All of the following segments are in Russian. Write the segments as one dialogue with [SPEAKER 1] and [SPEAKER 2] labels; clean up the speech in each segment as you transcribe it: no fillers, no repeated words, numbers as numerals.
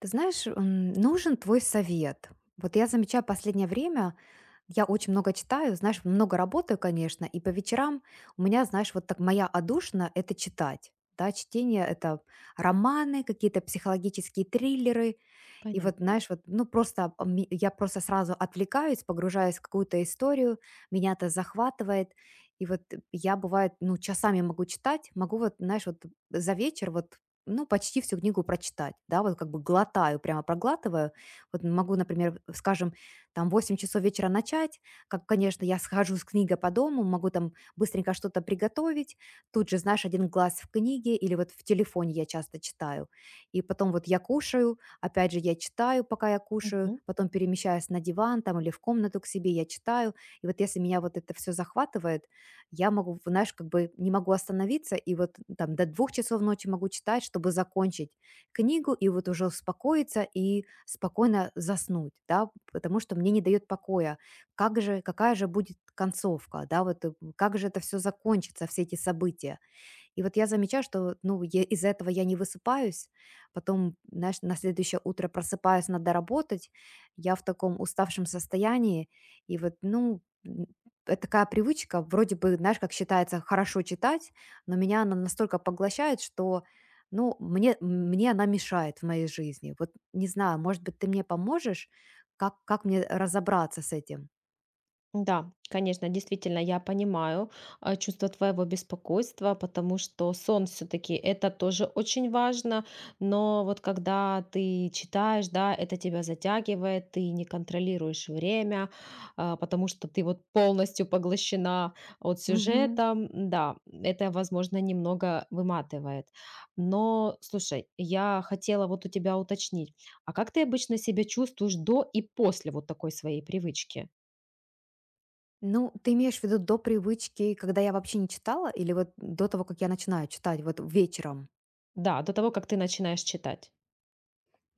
[SPEAKER 1] Ты знаешь, нужен твой совет. Вот я замечаю последнее время, я очень много читаю, знаешь, много работаю, конечно, и по вечерам у меня, знаешь, вот так моя одушина — это читать. Да, чтение — это романы, какие-то психологические триллеры, и вот,
[SPEAKER 2] Понятно.
[SPEAKER 1] знаешь, вот, ну, просто я просто сразу отвлекаюсь, погружаюсь в какую-то историю, меня это захватывает. И вот я, бывает, ну, часами могу читать, могу вот, знаешь, вот за вечер вот ну, почти всю книгу прочитать, да, вот как бы глотаю, прямо проглатываю. Вот могу, например, скажем, там 8 часов вечера начать, как, конечно, я схожу с книгой по дому, могу там быстренько что-то приготовить, тут же, знаешь, один глаз в книге или вот в телефоне я часто читаю, и потом вот я кушаю. Опять же, я читаю, пока я кушаю,
[SPEAKER 2] Мгм.
[SPEAKER 1] потом перемещаюсь на диван там или в комнату к себе, я читаю. И вот если меня вот это все захватывает, я могу, знаешь, как бы не могу остановиться, и вот там до 2 часов ночи могу читать, чтобы закончить книгу, и вот уже успокоиться и спокойно заснуть, да, потому что мне не дает покоя. Как же, какая же будет концовка, да, вот как же это все закончится, все эти события. И вот я замечаю, что, ну, я из-за этого я не высыпаюсь, потом, знаешь, на следующее утро просыпаюсь, надо работать, я в таком уставшем состоянии, и вот, ну, м, это такая привычка, вроде бы, знаешь, как считается, хорошо читать, но меня она настолько поглощает, что, ну, мне она мешает в моей жизни. Вот не знаю, может быть, ты мне поможешь, как мне разобраться с этим?
[SPEAKER 2] Да, конечно, действительно, я понимаю чувство твоего беспокойства, потому что сон все-таки это тоже очень важно, но вот когда ты читаешь, да, это тебя затягивает, ты не контролируешь время, потому что ты вот полностью поглощена от сюжета, да, это, возможно, немного выматывает. Но, слушай, я хотела вот у тебя уточнить, а как ты обычно себя чувствуешь до и после вот такой своей привычки?
[SPEAKER 1] Ну, ты имеешь в виду до привычки, когда я вообще не читала, или вот до того, как я начинаю читать, вот вечером?
[SPEAKER 2] Да, до того, как ты начинаешь читать.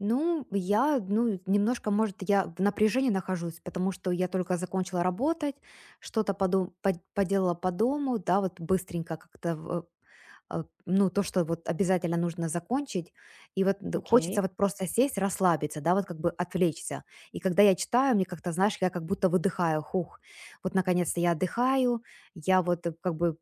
[SPEAKER 1] Ну, я, ну, немножко, может, я в напряжении нахожусь, потому что я только закончила работать, что-то поделала по дому, да, вот быстренько как-то а, ну, то, что вот обязательно нужно закончить, и вот хочется
[SPEAKER 2] Окей.
[SPEAKER 1] вот просто сесть, расслабиться, да, вот как бы отвлечься. И когда я читаю, мне как-то, знаешь, я как будто выдыхаю, хух, вот наконец-то я отдыхаю, я вот как бы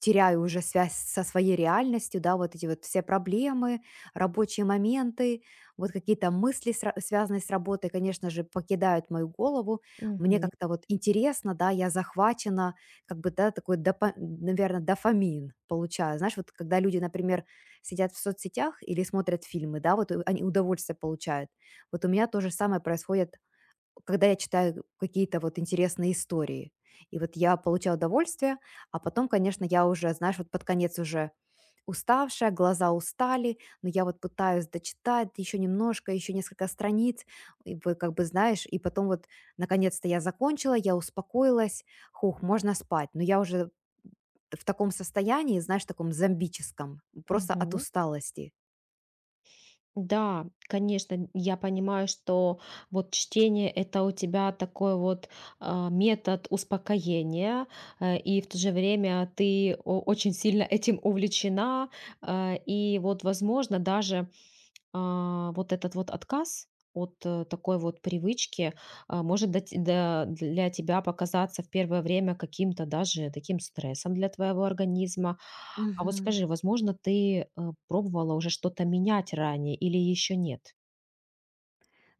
[SPEAKER 1] теряю уже связь со своей реальностью, да, вот эти вот все проблемы, рабочие моменты, вот какие-то мысли, связанные с работой, конечно же, покидают мою голову. Мне
[SPEAKER 2] Мгм.
[SPEAKER 1] как-то вот интересно, да, я захвачена, как бы, да, такой, наверное, дофамин получаю. Знаешь, вот когда люди, например, сидят в соцсетях или смотрят фильмы, да, вот они удовольствие получают. Вот у меня то же самое происходит, когда я читаю какие-то вот интересные истории. И вот я получаю удовольствие, а потом, конечно, я уже, знаешь, вот под конец уже уставшая, глаза устали, но я вот пытаюсь дочитать еще немножко, еще несколько страниц, и вы как бы знаешь, и потом вот наконец-то я закончила, я успокоилась, хух, можно спать, но я уже в таком состоянии, знаешь, таком зомбическом, просто от
[SPEAKER 2] Мгм.
[SPEAKER 1] усталости.
[SPEAKER 2] Да, конечно, я понимаю, что вот чтение это у тебя такой вот метод успокоения, и в то же время ты очень сильно этим увлечена, и вот возможно даже вот этот вот отказ от, такой вот привычки, может дать да, для тебя показаться в первое время каким-то даже таким стрессом для твоего организма. А вот
[SPEAKER 1] Мгм.
[SPEAKER 2] скажи, возможно, ты, пробовала уже что-то менять ранее или еще нет?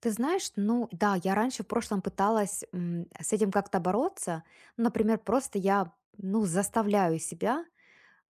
[SPEAKER 1] Ты знаешь, ну да, я раньше в прошлом пыталась с этим как-то бороться. Ну, например, просто я, ну, заставляю себя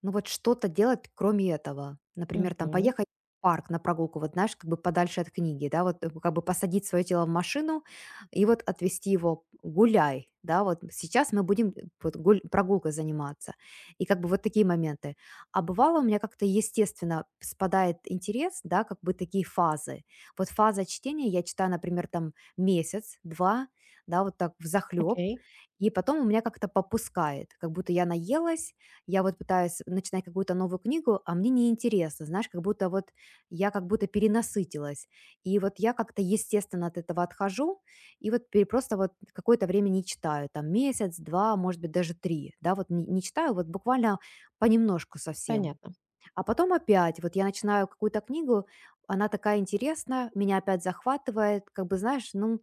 [SPEAKER 1] ну, вот что-то делать, кроме этого. Например, там
[SPEAKER 2] Мгм.
[SPEAKER 1] поехать в парк на прогулку, вот знаешь, как бы подальше от книги, да, вот как бы посадить свое тело в машину и вот отвезти его гуляй, да, вот сейчас мы будем вот прогулкой заниматься. И как бы вот такие моменты. А бывало у меня как-то естественно спадает интерес, да, как бы такие фазы. Вот фаза чтения, я читаю, например, там месяц, два, да, вот так в захлеб,
[SPEAKER 2] Окей.
[SPEAKER 1] и потом у меня как-то попускает, как будто я наелась, я вот пытаюсь начинать какую-то новую книгу, а мне неинтересно, знаешь, как будто вот я как будто перенасытилась. И вот я как-то естественно от этого отхожу, и вот просто вот какое-то время не читаю, там месяц, два, может быть, даже три, да, вот не читаю, вот буквально понемножку совсем.
[SPEAKER 2] Понятно.
[SPEAKER 1] А потом опять, вот я начинаю какую-то книгу, она такая интересная, меня опять захватывает, как бы, знаешь, ну,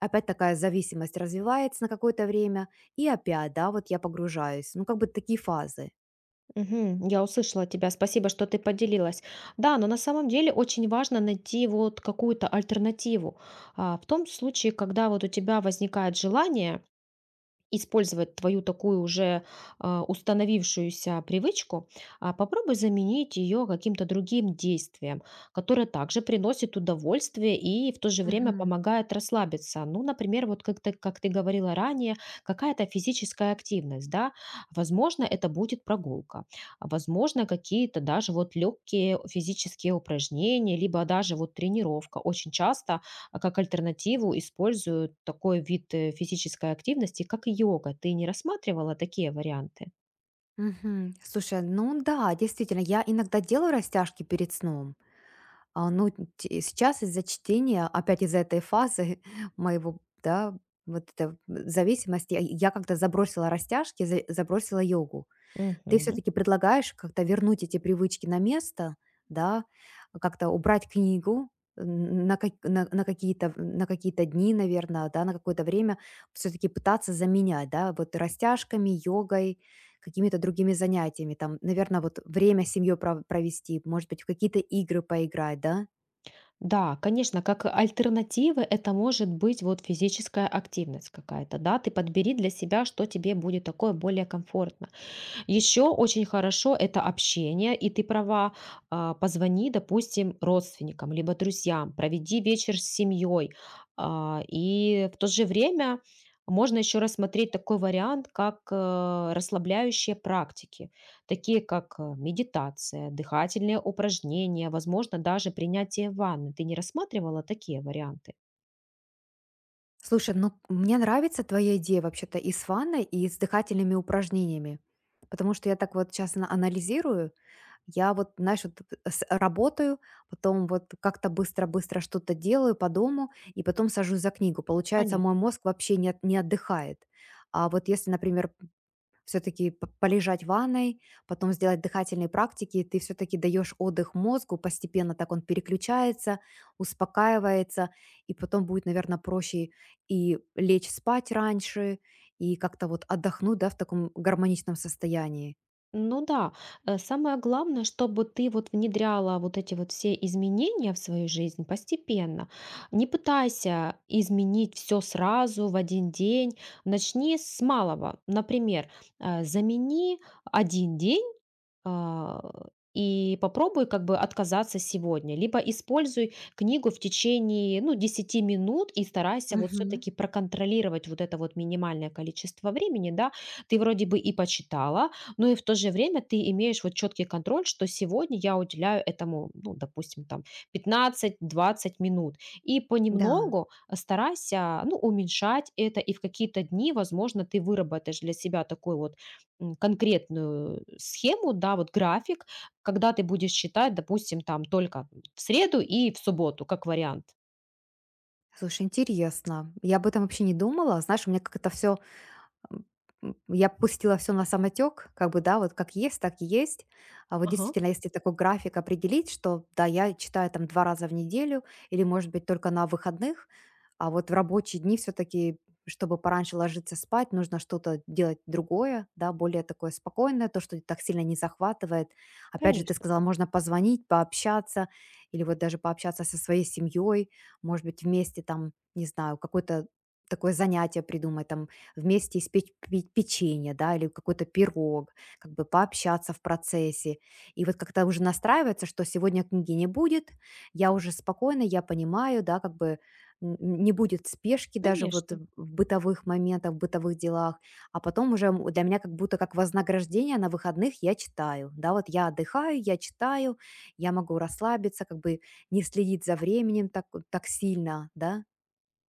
[SPEAKER 1] опять такая зависимость развивается на какое-то время, и опять, да, вот я погружаюсь. Ну, как бы такие фазы.
[SPEAKER 2] Мгм. Я услышала тебя. Спасибо, что ты поделилась. Да, но на самом деле очень важно найти вот какую-то альтернативу. А, в том случае, когда вот у тебя возникает желание использовать твою такую уже установившуюся привычку, попробуй заменить ее каким-то другим действием, которое также приносит удовольствие и в то же время
[SPEAKER 1] Мгм.
[SPEAKER 2] помогает расслабиться. Ну, например, вот как ты говорила ранее, какая-то физическая активность, да, возможно, это будет прогулка, а возможно, какие-то даже вот легкие физические упражнения, либо даже вот тренировка. Очень часто как альтернативу используют такой вид физической активности, как йога. Ты не рассматривала такие варианты?
[SPEAKER 1] Мгм. Слушай, ну да, действительно, я иногда делаю растяжки перед сном. А, ну, сейчас из-за чтения, опять из-за этой фазы моего, да, вот это зависимости, я как-то забросила растяжки, забросила йогу. Ты
[SPEAKER 2] Мгм.
[SPEAKER 1] все-таки предлагаешь как-то вернуть эти привычки на место, да, как-то убрать книгу на, на какие-то дни, наверное, да, на какое-то время все-таки пытаться заменять, да, вот растяжками, йогой, какими-то другими занятиями, там, наверное, вот время с семьей провести, может быть, в какие-то игры поиграть, да?
[SPEAKER 2] Да, конечно, как альтернатива это может быть вот физическая активность какая-то, да, ты подбери для себя, что тебе будет такое более комфортно. Еще очень хорошо это общение, и ты права, позвони, допустим, родственникам, либо друзьям, проведи вечер с семьей. И в то же время можно еще рассмотреть такой вариант, как расслабляющие практики, такие как медитация, дыхательные упражнения, возможно, даже принятие ванны. Ты не рассматривала такие варианты?
[SPEAKER 1] Слушай, ну мне нравится твоя идея вообще-то и с ванной, и с дыхательными упражнениями. Потому что я так вот сейчас анализирую, я вот, знаешь, вот работаю, потом вот как-то быстро-быстро что-то делаю по дому, и потом сажусь за книгу. Получается, мой
[SPEAKER 2] Понятно.
[SPEAKER 1] мозг вообще не отдыхает. А вот если, например, все-таки полежать в ванной, потом сделать дыхательные практики, ты все-таки даешь отдых мозгу, постепенно так он переключается, успокаивается, и потом будет, наверное, проще и лечь спать раньше, и как-то вот отдохнуть, да, в таком гармоничном состоянии.
[SPEAKER 2] Ну да, самое главное, чтобы ты вот внедряла вот эти вот все изменения в свою жизнь постепенно. Не пытайся изменить все сразу в один день. Начни с малого. Например, замени один день а, и попробуй как бы отказаться сегодня, либо используй книгу в течение, ну, 10 минут, и старайся вот
[SPEAKER 1] Мгм.
[SPEAKER 2] все-таки проконтролировать вот это вот минимальное количество времени, да, ты вроде бы и почитала, но и в то же время ты имеешь вот четкий контроль, что сегодня я уделяю этому, ну, допустим, там 15-20 минут, и
[SPEAKER 1] Да,
[SPEAKER 2] понемногу старайся, ну, уменьшать это, и в какие-то дни, возможно, ты выработаешь для себя такой вот конкретную схему, да, вот график, когда ты будешь считать, допустим, там только в среду и в субботу, как вариант.
[SPEAKER 1] слушай, интересно. Я об этом вообще не думала. Знаешь, у меня как это все М, я пустила все на самотек, как бы, да, вот как есть, так и есть. А вот
[SPEAKER 2] Ага,
[SPEAKER 1] действительно, если такой график определить, что да, я читаю там 2 раза в неделю или, может быть, только на выходных, а вот в рабочие дни все-таки, чтобы пораньше ложиться спать, нужно что-то делать другое, да, более такое спокойное, то, что так сильно не захватывает. Опять же, ты
[SPEAKER 2] конечно,
[SPEAKER 1] сказала, можно позвонить, пообщаться или вот даже пообщаться со своей семьей, может быть, вместе там, не знаю, какое-то такое занятие придумать, там, вместе испечь печенье, да, или какой-то пирог, как бы пообщаться в процессе. И вот как-то уже настраивается, что сегодня книги не будет, я уже спокойно, я понимаю, да, как бы не будет спешки даже вот
[SPEAKER 2] конечно.
[SPEAKER 1] в бытовых моментах, в бытовых делах, а потом уже для меня как будто как вознаграждение на выходных я читаю, да, вот я отдыхаю, я читаю, я могу расслабиться, как бы не следить за временем так, так сильно, да.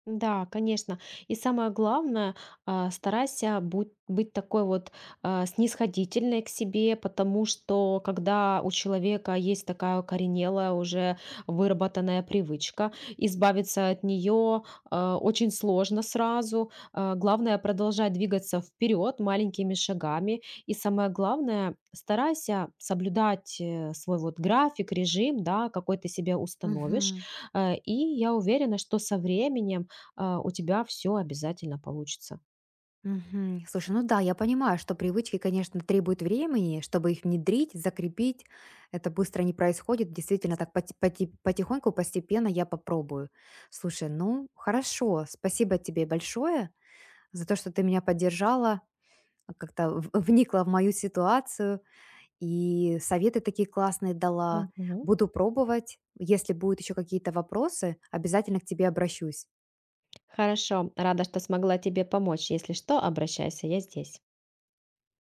[SPEAKER 2] Да, конечно. И самое главное, старайся быть такой вот снисходительной к себе, потому что когда у человека есть такая укоренелая, уже выработанная привычка, избавиться от нее очень сложно сразу. А главное, продолжать двигаться вперед маленькими шагами. И самое главное, старайся соблюдать свой вот график, режим, да, какой ты себе установишь.
[SPEAKER 1] Мгм.
[SPEAKER 2] И я уверена, что со временем у тебя все обязательно получится.
[SPEAKER 1] Мгм. Слушай, ну да, я понимаю, что привычки, конечно, требуют времени, чтобы их внедрить, закрепить. Это быстро не происходит. Действительно, так потихоньку, постепенно я попробую. Слушай, ну хорошо, спасибо тебе большое за то, что ты меня поддержала, как-то вникла в мою ситуацию и советы такие классные дала.
[SPEAKER 2] Мгм.
[SPEAKER 1] Буду пробовать. Если будут еще какие-то вопросы, обязательно к тебе обращусь.
[SPEAKER 2] Хорошо, рада, что смогла тебе помочь. Если что, обращайся, я здесь.